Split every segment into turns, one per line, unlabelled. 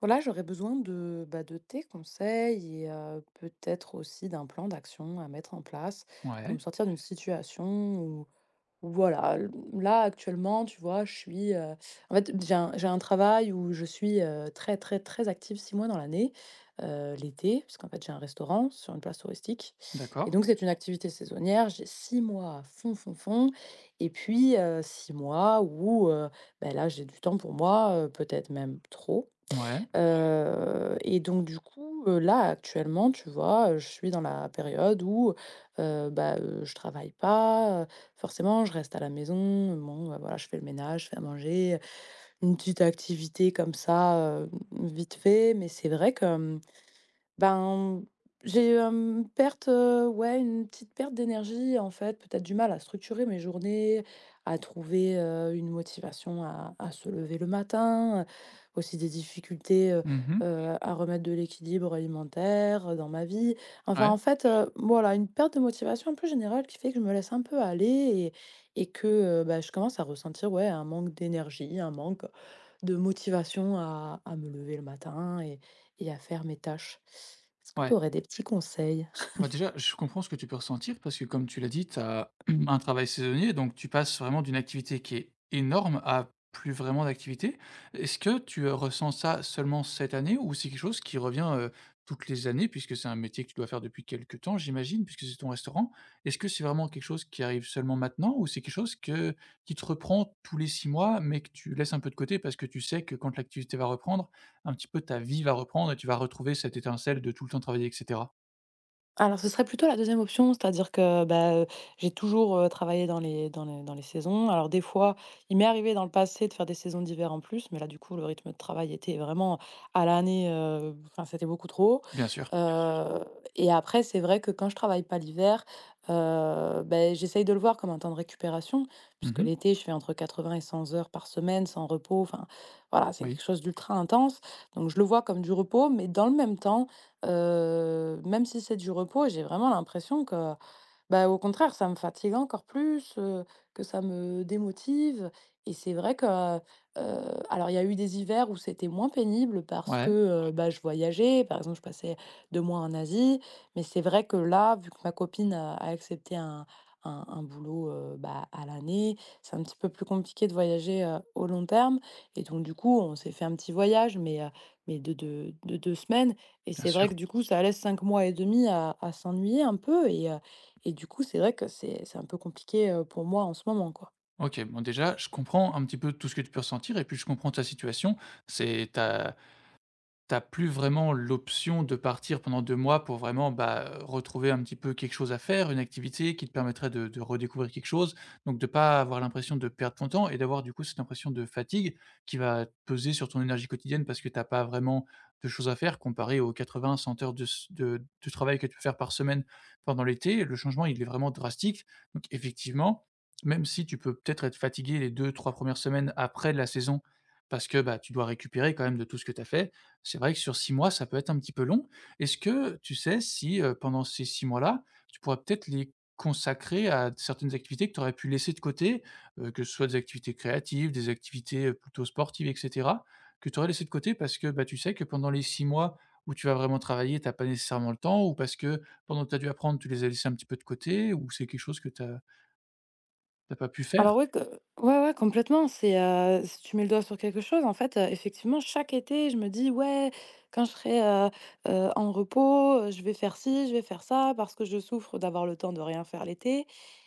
Voilà, j'aurais besoin de tes conseils et peut-être aussi d'un plan d'action à mettre en place pour me
Ouais,
sortir d'une situation où, où voilà, là actuellement, tu vois, en fait, j'ai un travail où je suis très, très, très active 6 mois dans l'année, l'été, puisqu'en fait, j'ai un restaurant sur une place touristique. Et
d'accord.
donc, c'est une activité saisonnière. J'ai 6 mois à fond, fond, fond. Et puis, 6 mois où bah, là, j'ai du temps pour moi, peut-être même trop.
Ouais.
Donc du coup, là actuellement, tu vois, je suis dans la période où, bah, je travaille pas, forcément je reste à la maison, bon, bah, voilà, je fais le ménage, je fais à manger, une petite activité comme ça, vite fait. Mais c'est vrai que, ben, j'ai eu, hem, perte, ouais, une petite perte d'énergie, en fait, peut-être du mal à structurer mes journées, à trouver, une motivation à se lever le matin, aussi des difficultés,
Mmh mh.
à remettre de l'équilibre alimentaire dans ma vie. Enfin, en
Ouais,
fait, voilà, une perte de motivation un peu générale qui fait que je me laisse un peu aller, et que, bah, je commence à ressentir, ouais, un manque d'énergie, un manque de motivation à me lever le matin et à faire mes tâches. Est-ce que tu
ouais.
aurais des petits conseils?
Bah, déjà, je comprends ce que tu peux ressentir parce que comme tu l'as dit, tu as un travail saisonnier, donc tu passes vraiment d'une activité qui est énorme à plus vraiment d'activité. Est-ce que tu, ressens ça seulement cette année ou c'est quelque chose qui revient, toutes les années puisque c'est un métier que tu dois faire depuis quelque temps, j'imagine, puisque c'est ton restaurant? Est-ce que c'est vraiment quelque chose qui arrive seulement maintenant ou c'est quelque chose que qui te reprend tous les 6 mois, mais que tu laisses un peu de côté parce que tu sais que quand l'activité va reprendre, un petit peu ta vie va reprendre et tu vas retrouver cette étincelle de tout le temps travailler et cetera?
Alors ce serait plutôt la deuxième option, c'est-à-dire que, bah, j'ai toujours, travaillé dans les saisons. Alors des fois, il m'est arrivé dans le passé de faire des saisons d'hiver en plus, mais là du coup le rythme de travail était vraiment à l'année, enfin c'était beaucoup trop.
Bien sûr.
Heu après c'est vrai que quand je travaille pas l'hiver, beh, j'essaye de le voir comme un temps de récupération,
Mmh
puisque
mh.
l'été je fais entre 80 et 100 heures par semaine sans repos, enfin voilà, c'est
Oui.
quelque chose d'ultra intense. Donc je le vois comme du repos, mais dans le même temps. Même si c'est du repos, j'ai vraiment l'impression que bah, au contraire, ça me fatigue encore plus, que ça me démotive. Et c'est vrai que, alors il y a eu des hivers où c'était moins pénible parce
Ouais,
que, bah, je voyageais. Par exemple, je passais 2 mois en Asie, mais c'est vrai que là, vu que ma copine a accepté un boulot, bah, à l'année, c'est un petit peu plus compliqué de voyager, au long terme. Et donc du coup, on s'est fait un petit voyage, mais de 2 semaines. Et
bien
c'est vrai que
sûr.
du coup, ça laisse 5 mois et demi à s'ennuyer un peu, et du coup, c'est vrai que c'est un peu compliqué, pour moi en ce moment, quoi.
OK, bon déjà, je comprends un petit peu tout ce que tu peux ressentir et puis je comprends ta situation. C'est ta T'as plus vraiment l'option de partir pendant 2 mois pour vraiment, bah, retrouver un petit peu quelque chose à faire, une activité qui te permettrait de redécouvrir quelque chose, donc de pas avoir l'impression de perdre ton temps et d'avoir du coup cette impression de fatigue qui va peser sur ton énergie quotidienne parce que t'as pas vraiment de choses à faire comparé aux 80-100 heures de s de travail que tu peux faire par semaine pendant l'été. Le changement, il est vraiment drastique, donc effectivement, même si tu peux peut-être être fatigué les 2-3 premières semaines après la saison parce que, bah, tu dois récupérer quand même de tout ce que tu as fait, c'est vrai que sur 6 mois, ça peut être un petit peu long. Est-ce que tu sais si, pendant ces 6 mois-là, tu pourrais peut-être les consacrer à certaines activités que tu aurais pu laisser de côté, que ce soit des activités créatives, des activités, plutôt sportives et cetera, que tu aurais laissé de côté parce que, bah, tu sais que pendant les 6 mois où tu vas vraiment travailler, tu as pas nécessairement le temps ou parce que pendant que tu as dû apprendre, tu les as laissés un petit peu de côté ou c'est quelque chose que tu as pas pu
Alors
faire?
ouais, que ouais, ouais, complètement, c'est, c tu mets le doigt sur quelque chose, en fait, effectivement, chaque été, je me dis: «Ouais, quand je serai, en repos, je vais faire ci, je vais faire ça, parce que je souffre d'avoir le temps de rien faire l'été.»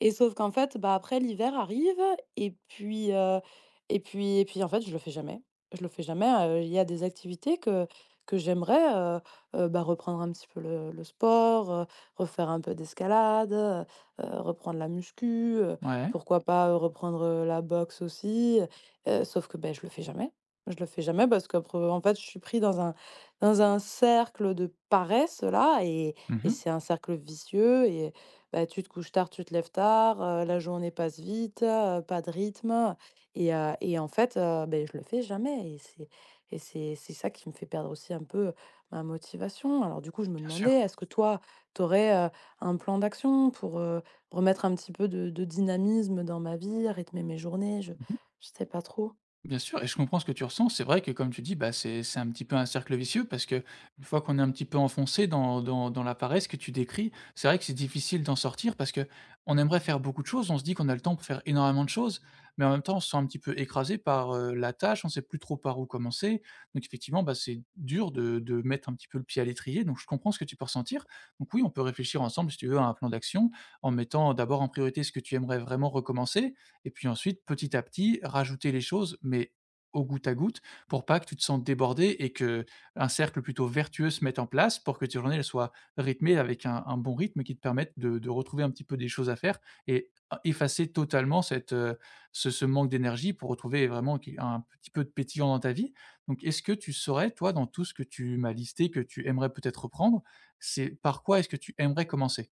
Et sauf qu'en fait, bah, après l'hiver arrive, et puis, heu et puis, en fait, je le fais jamais. Je le fais jamais, il y a des activités que j'aimerais, bah, reprendre un petit peu le sport, refaire un peu d'escalade, reprendre la muscu,
Ouais.
pourquoi pas, reprendre, la boxe aussi, sauf que, ben je le fais jamais. Je le fais jamais parce qu'après en fait, je suis pris dans un cercle de paresse là, et
Mmh.
c'est un cercle vicieux, et bah, tu te couches tard, tu te lèves tard, la journée passe vite, pas de rythme, et en fait, beh, je le fais jamais, et c'est ça qui me fait perdre aussi un peu ma motivation. Alors du coup, je me
Bien
demandais,
sûr.
est-ce que toi, tu aurais un plan d'action pour, remettre un petit peu de dynamisme dans ma vie, rythmer mes journées? Je sais pas trop.
Bien sûr et je comprends ce que tu ressens. C'est vrai que comme tu dis, bah, c'est un petit peu un cercle vicieux parce que une fois qu'on est un petit peu enfoncé dans la paresse que tu décris, c'est vrai que c'est difficile d'en sortir parce que on aimerait faire beaucoup de choses. On se dit qu'on a le temps pour faire énormément de choses, mais en même temps, on se sent un petit peu écrasé par, la tâche. On sait plus trop par où commencer. Donc effectivement, bah, c'est dur de mettre un petit peu le pied à l'étrier. Donc je comprends ce que tu peux ressentir. Donc oui, on peut réfléchir ensemble, si tu veux, à un plan d'action en mettant d'abord en priorité ce que tu aimerais vraiment recommencer et puis ensuite, petit à petit, rajouter les choses, mais au goutte à goutte, pour pas que tu te sentes débordé et que un cercle plutôt vertueux se mette en place pour que tes journées elles soient rythmées avec un bon rythme qui te permette de retrouver un petit peu des choses à faire et ah, effacer totalement cette, ce manque d'énergie pour retrouver vraiment qui un petit peu de pétillant dans ta vie. Donc est-ce que tu saurais, toi, dans tout ce que tu m'as listé, que tu aimerais peut-être reprendre, c'est par quoi est-ce que tu aimerais commencer?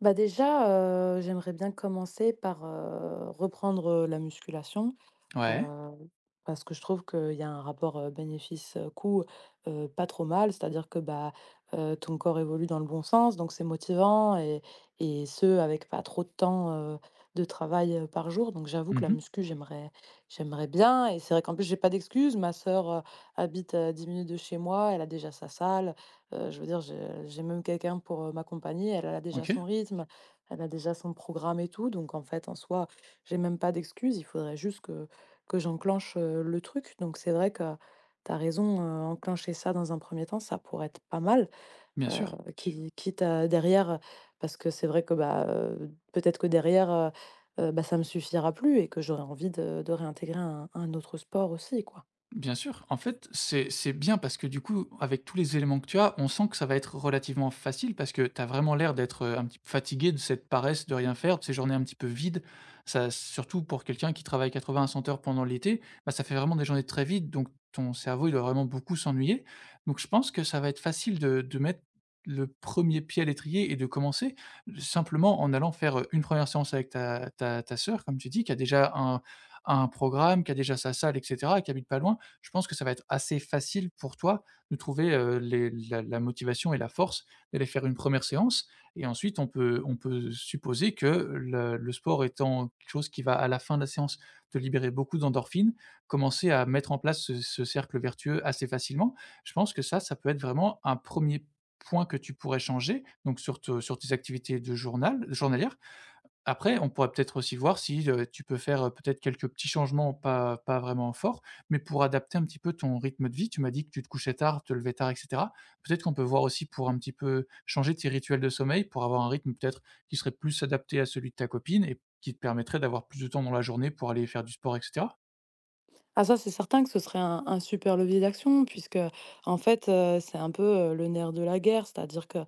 Bah, déjà, j'aimerais bien commencer par, reprendre, la musculation. Heu,
Ouais.
Parce que je trouve qu'il y a un rapport, bénéfice, coût, pas trop mal. C'est-à-dire que, bah, ton corps évolue dans le bon sens, donc c'est motivant, et ce avec pas trop de temps, de travail, par jour. Donc j'avoue que la
Mmh.
muscu, j'aimerais bien, et c'est vrai qu'en plus j'ai pas d'excuse. Ma sœur, habite à 10 minutes de chez moi, elle a déjà sa salle. Je veux dire, je j'ai même quelqu'un pour, m'accompagner. Elle, elle a déjà son
OK.
rythme, elle a déjà son programme et tout. Donc en fait, en soi, j'ai même pas d'excuse. Il faudrait juste que j'enclenche, le truc. Donc c'est vrai que tu as raison, enclencher ça dans un premier temps, ça pourrait être pas mal,
Bien sûr.
qui quitte à derrière, parce que c'est vrai que, bah, peut-être que derrière, bah, ça me suffira plus, et que j'aurais envie de réintégrer un autre sport aussi, quoi.
Bien sûr. En fait, c'est bien parce que du coup, avec tous les éléments que tu as, on sent que ça va être relativement facile parce que tu as vraiment l'air d'être, un petit peu fatigué de cette paresse de rien faire, de ces journées un petit peu vides. Ça surtout pour quelqu'un qui travaille 80 à 100 heures pendant l'été, bah, ça fait vraiment des journées très vides, donc ton cerveau, il doit vraiment beaucoup s'ennuyer. Donc je pense que ça va être facile de mettre le premier pied à l'étrier et de commencer, simplement en allant faire, une première séance avec ta sœur, comme tu dis, qui a déjà un programme, qui a déjà sa salle et cetera, qui habite pas loin. Je pense que ça va être assez facile pour toi de trouver, les la motivation et la force d'aller faire une première séance et ensuite on peut supposer que le sport étant quelque chose qui va à la fin de la séance te libérer beaucoup d'endorphines, commencer à mettre en place ce cercle vertueux assez facilement. Je pense que ça peut être vraiment un premier point que tu pourrais changer, donc sur tes activités de journalières après, on pourrait peut-être aussi voir si, tu peux faire, peut-être quelques petits changements pas vraiment forts, mais pour adapter un petit peu ton rythme de vie. Tu m'as dit que tu te couchais tard, te levais tard et cetera. Peut-être qu'on peut voir aussi pour un petit peu changer tes rituels de sommeil, pour avoir un rythme peut-être qui serait plus adapté à celui de ta copine et qui te permettrait d'avoir plus de temps dans la journée pour aller faire du sport et cetera?
Ah ça, c'est certain que ce serait un super levier d'action, puisque, en fait, c'est un peu, le nerf de la guerre. C'est-à-dire que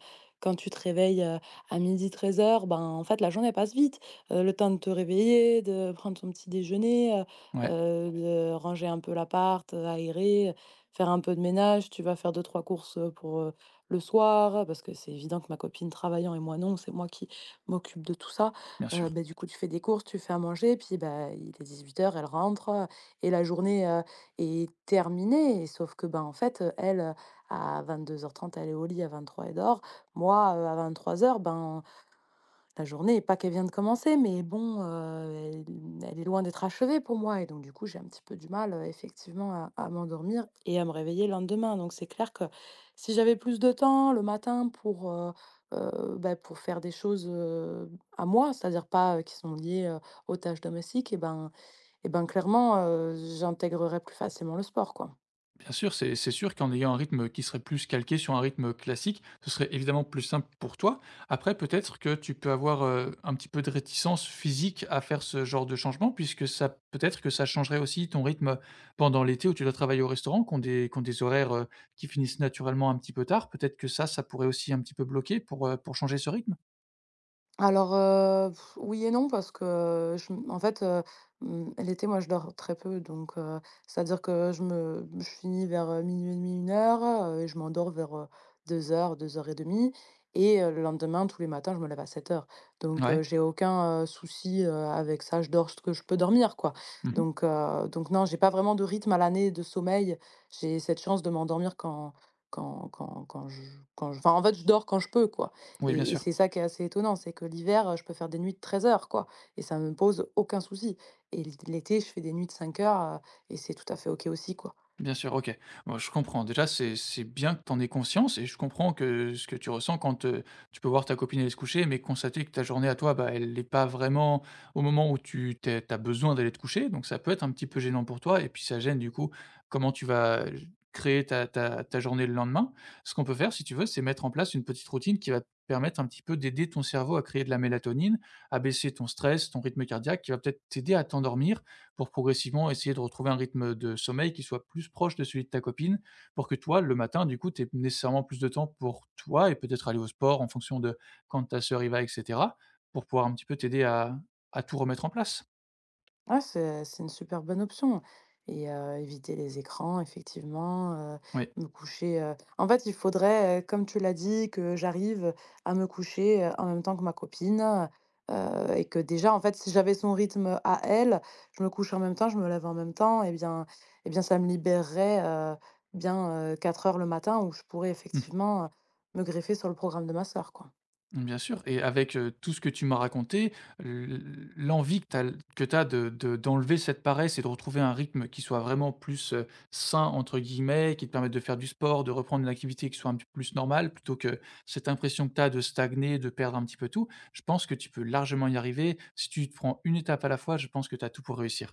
quand tu te réveilles, à midi 13 heures ben, en fait, la journée passe vite. Le temps de te réveiller, de prendre ton petit déjeuner,
Ouais,
de ranger un peu l'appart, aérer, faire un peu de ménage. Tu vas faire deux trois courses, pour, le soir, parce que c'est évident que ma copine travaillant et moi non, c'est moi qui m'occupe de tout ça.
bien sûr.
Beh, du coup, tu fais des courses, tu fais à manger, puis, ben il est 18 heures, elle rentre, et la journée, est terminée. Et sauf que, ben, en fait, elle, à 22:30, elle est au lit, à 23:00, elle dort. Moi, à 23:00, ben, la journée est pas qu'elle vient de commencer, mais bon, elle est loin d'être achevée pour moi, et donc du coup, j'ai un petit peu du mal, effectivement à m'endormir et à me réveiller le lendemain. Donc c'est clair que si j'avais plus de temps le matin pour faire des choses, à moi, c'est-à-dire pas, qui sont liées, aux tâches domestiques, et ben clairement, j'intégrerai plus facilement le sport, quoi.
Bien sûr, c'est sûr qu'en ayant un rythme qui serait plus calqué sur un rythme classique, ce serait évidemment plus simple pour toi. Après, peut-être que tu peux avoir, un petit peu de réticence physique à faire ce genre de changement puisque ça peut-être que ça changerait aussi ton rythme pendant l'été où tu dois travailler au restaurant, qui ont des horaires, qui finissent naturellement un petit peu tard. Peut-être que ça pourrait aussi un petit peu bloquer pour changer ce rythme?
Alors, oui et non parce que je m en fait, mmh, l'été, moi, je dors très peu donc c'est-à-dire que je finis vers, 00:30-1:00, et je m'endors vers, deux heures 2 heures et demie, le lendemain, tous les matins, je me lève à 7 heures donc
Ouais.
j'ai aucun, souci, avec ça. Je dors ce que je peux dormir, quoi
Mmh.
donc non, j'ai pas vraiment de rythme à l'année de sommeil. J'ai cette chance de m'endormir quand quand quand quand je enfin, en fait, je dors quand je peux, quoi.
Oui, bien
Et
sûr.
c'est ça qui est assez étonnant, c'est que l'hiver, je peux faire des nuits de 13 heures, quoi, et ça me pose aucun souci, et l'été, je fais des nuits de 5 heures, et c'est tout à fait OK aussi, quoi.
Bien sûr, OK. Moi, je comprends. Déjà, c'est bien que tu en aies conscience et je comprends que ce que tu ressens quand, tu peux voir ta copine aller se coucher, mais constater que ta journée à toi, bah, elle n'est pas vraiment au moment où tu as besoin d'aller te coucher, donc ça peut être un petit peu gênant pour toi et puis ça gêne, du coup, comment tu vas j créer ta journée le lendemain. Ce qu'on peut faire, si tu veux, c'est mettre en place une petite routine qui va te permettre un petit peu d'aider ton cerveau à créer de la mélatonine, à baisser ton stress, ton rythme cardiaque, qui va peut-être t'aider à t'endormir pour progressivement essayer de retrouver un rythme de sommeil qui soit plus proche de celui de ta copine, pour que toi, le matin, du coup, tu aies nécessairement plus de temps pour toi et peut-être aller au sport en fonction de quand ta sœur y va et cetera, pour pouvoir un petit peu t'aider à tout remettre en place.
Ouais, c'est une super bonne option, et éviter les écrans effectivement,
Oui.
me coucher, en fait, il faudrait, comme tu l'as dit, que j'arrive à me coucher, en même temps que ma copine, et que déjà, en fait, si j'avais son rythme à elle, je me couche en même temps, je me lève en même temps, et bien ça me libérerait, bien, 4 heures le matin où je pourrais
Mmh.
effectivement, me greffer sur le programme de ma sœur, quoi.
Mmh, bien sûr et avec, tout ce que tu m'as raconté, l l'envie que tu as que tu de d'enlever cette paresse et de retrouver un rythme qui soit vraiment plus, «sain» entre guillemets, qui te permette de faire du sport, de reprendre une activité qui soit un petit peu plus normale, plutôt que cette impression que tu as de stagner, de perdre un petit peu tout. Je pense que tu peux largement y arriver. Si tu te prends une étape à la fois, je pense que tu as tout pour réussir.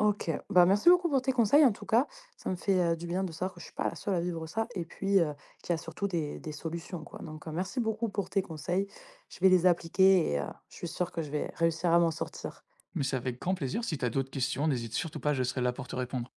OK. Bah, merci beaucoup pour tes conseils en tout cas. Ça me fait, du bien de savoir que je suis pas la seule à vivre ça, et puis, qu'il y a surtout des solutions, quoi. Donc, merci beaucoup pour tes conseils. Je vais les appliquer, et je suis sûre que je vais réussir à m'en sortir.
Mais c'est avec grand plaisir. Si tu as d'autres questions, n'hésite surtout pas, je serai là pour te répondre.